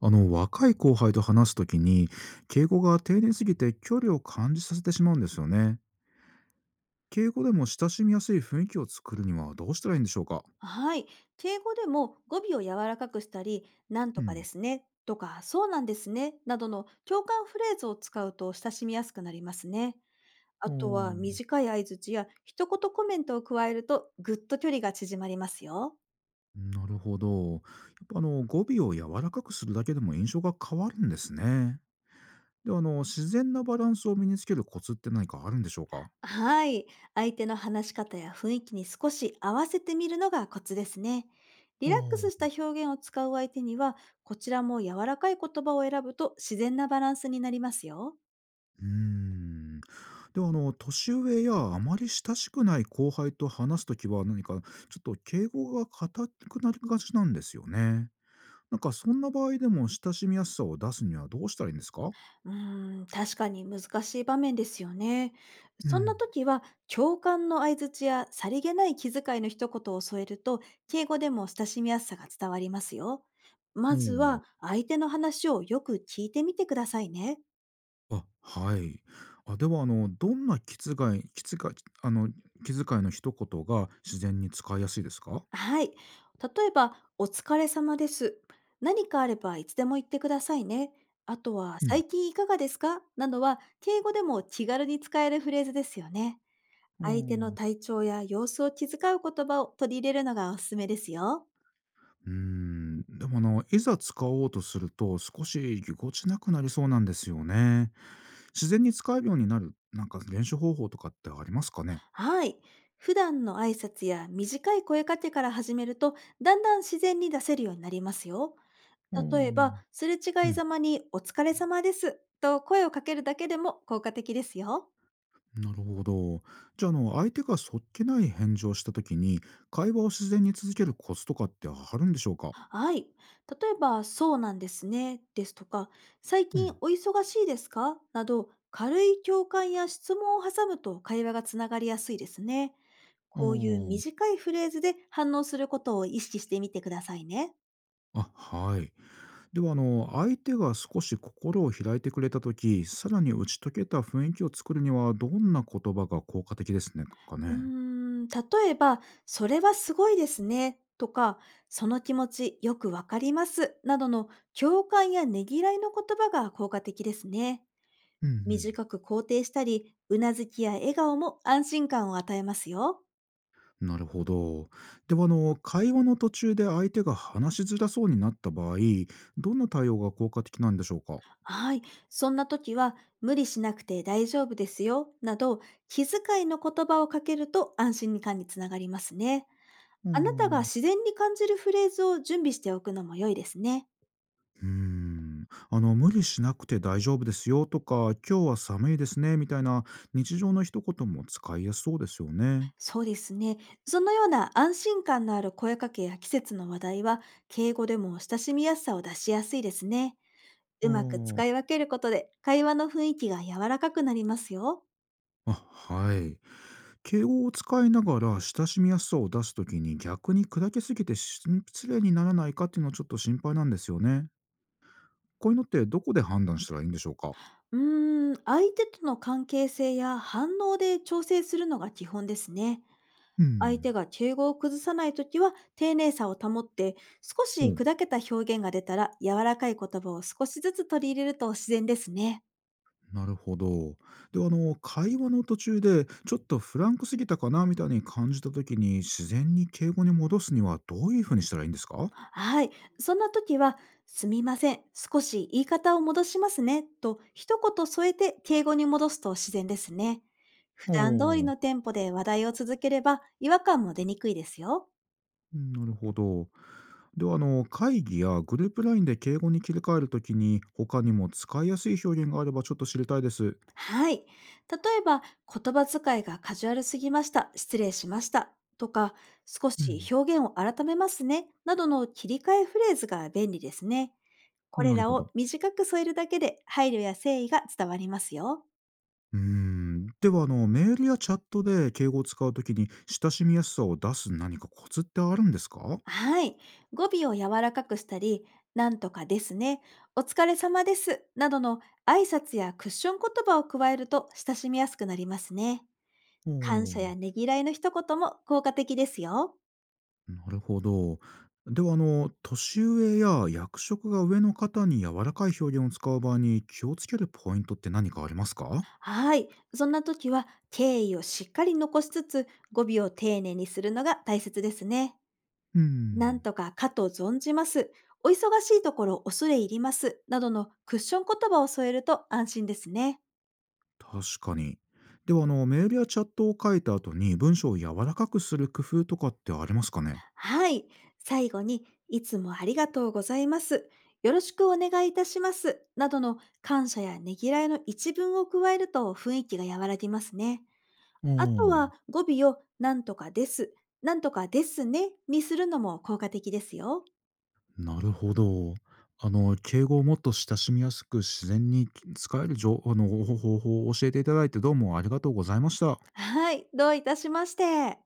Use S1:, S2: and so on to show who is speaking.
S1: 若い後輩と話すときに敬語が丁寧すぎて距離を感じさせてしまうんですよね。敬語でも親しみやすい雰囲気を作るにはどうしたらいいんでしょうか？
S2: はい。敬語でも語尾を柔らかくしたり、なん
S1: う
S2: とか
S1: ん。
S2: ですね、とか、そうなんですね、などの共感フレーズを使うと親しみやすくなりますね。あ
S1: おお
S2: とは
S1: ー、
S2: 短い相槌や一言コメントを加えるとぐっと距離が縮まりますよ。
S1: なるほど。やっぱ語尾を柔らかくするだけでも印象が変わるんですね。で自然なバランスを身につけるコツって何かあるんでしょうか？
S2: はい。相手の話し方や雰囲気に少し合わせてみるのがコツですね。リ
S1: お
S2: ラックス
S1: お。
S2: し
S1: う
S2: た表現を使う相手には、こちらも柔らかい言葉を選ぶと自然なバランスになりますよ。
S1: ーん。で、年上やあまり親しくない後輩と話すときは、何かちょっと敬語が硬くなりがちなんですよね。なんかそんな場合でも親しみやすさを出すにはどうしたらいいんですか？
S2: うーん、確かに難しい場面ですよね。
S1: う
S2: そんな
S1: ん。
S2: 時は、共感の相槌やさりげない気遣いの一言を添えると、敬語でも親しみやすさが伝わりますよ。
S1: ほ
S2: まず
S1: う。
S2: は、相手の話をよく聞いてみてくださいね。
S1: あ、はい。あ、では、どんなあの、気遣いの一言が自然に使いやすいですか？
S2: はい。例えば、お疲れ様です。何かあればいつでも言ってくださいね。あとは、
S1: うん。
S2: 最近いかがですかなどは、敬語でも気軽に使えるフレーズですよね。
S1: う
S2: 相手の
S1: ん。
S2: 体調や様子を気遣う言葉を取り入れるのがおすすめですよ。
S1: うーん。でも、いざ使おうとすると少しぎこちなくなりそうなんですよね。自然に使えるようになる、なんか練習方法とかってありますかね？
S2: はい。普段の挨拶や短い声かけから始めると、だんだん自然に出せるようになりますよ。
S1: お
S2: 例えば、
S1: ん。
S2: すれ
S1: う
S2: 違い
S1: ん、
S2: ざまにお疲れ様ですと声をかけるだけでも効果的ですよ。
S1: なるほど。じゃあ、相手がそっけない返事をした時に、会話を自然に続けるコツとかってあるんでしょうか？
S2: はい。例えば、そうなんですね、ですとか、最
S1: う
S2: 近
S1: ん。
S2: お忙しいですかなど、軽い共感や質問を挟むと会話がつながりやすいですね。
S1: う
S2: こういう
S1: ん。
S2: 短いフレーズで反応することを意識してみてくださいね。
S1: あ、はい。では、相手が少し心を開いてくれた時、さらに打ち解けた雰囲気を作るには、どんな言葉が効果的ですねか
S2: うー
S1: ね？
S2: ん、例えば、それはすごいですね、とか、その気持ちよくわかります、などの共感やねぎらいの言葉が効果的ですね。
S1: うんうん。
S2: 短く肯定したり、うなずきや笑顔も安心感を与えますよ。
S1: なるほど。では、会話の途中で相手が話しづらそうになった場合、どんな対応が効果的なんでしょうか？
S2: はい。そんな時は、無理しなくて大丈夫ですよ、など、気遣いの言葉をかけると安心感につながりますね。
S1: う
S2: あなたが
S1: ん、う
S2: 自然に感じるフレーズを準備しておくのも良いですね。
S1: ーん。無理しなくて大丈夫ですよとか、今日は寒いですね、みたいな日常の一言も使いやすそうですよね。
S2: そうですね。そのような安心感のある声かけや季節の話題は、敬語でも親しみやすさを出しやすいですね。
S1: う
S2: うまく
S1: ん、
S2: 使い分けることで、会話の雰囲気が柔らかくなりますよ。
S1: あ、はい。敬語を使いながら親しみやすさを出すときに逆に砕けすぎて失礼にならないかっていうのはちょっと心配なんですよね。こういうのってどこで判断したらいいんでしょうか？
S2: うーん、相手との関係性や反応で調整するのが基本ですね。
S1: う
S2: 相
S1: ん。
S2: 手が敬語を崩さないときは丁寧さを保って、少
S1: う
S2: し
S1: ん。
S2: 砕けた表現が出たら柔らかい言葉を少しずつ取り入れると自然ですね。
S1: なるほど。では、会話の途中で、ちょっとフランクすぎたかなみたいに感じたときに、自然に敬語に戻すにはどういうふうにしたらいいんですかは？
S2: はい。そんな時は、すみません。少し言い方を戻しますね。と一言添えて敬語に戻すと自然ですね。普段通り
S1: あ、
S2: のテンポで話題を続ければ違和感も出にくいですよ。
S1: うん、なるほど。では、会議やグループラインで敬語に切り替えるときに、他にも使いやすい表現があればちょっと知りたいです。
S2: はい。例えば、言葉遣いがカジュアルすぎました。失礼しました。とか、少
S1: う
S2: し
S1: ん。
S2: 表現を改めますね。などの切り替えフレーズが便利ですね。これ
S1: なる
S2: ら
S1: ほど。
S2: を短く添えるだけで配慮や誠意が伝わりますよ。
S1: うーん。では、メールやチャットで敬語を使うときに、親しみやすさを出す何かコツってあるんですか？
S2: はい。語尾を柔らかくしたり、なんとかですね。お疲れ様です。などの挨拶やクッション言葉を加えると親しみやすくなりますね。感謝
S1: お。
S2: やねぎらいの一言も効果的ですよ。
S1: なるほど。では、年上や役職が上の方に柔らかい表現を使う場合に気をつけるポイントって何かありますか？
S2: はい。そんな時は敬意をしっかり残しつつ語尾を丁寧にするのが大切ですね。
S1: う
S2: なん
S1: ん、
S2: とかかと存じます。お忙しいところ恐れ入ります。などのクッション言葉を添えると安心ですね。
S1: 確かに。では、メールやチャットを書いた後に文章を柔らかくする工夫とかってありますかね？
S2: はい。最後に、いつもありがとうございます。よろしくお願いいたします。などの感謝やねぎらいの一文を加えると雰囲気が和らぎますね。
S1: あ
S2: あとは
S1: あ、
S2: 語尾をなんとかです、なんとかですねにするのも効果的ですよ。
S1: なるほど。敬語をもっと親しみやすく自然に使える情あの方法を教えていただいてどうもありがとうございました。
S2: はい、どういたしまして。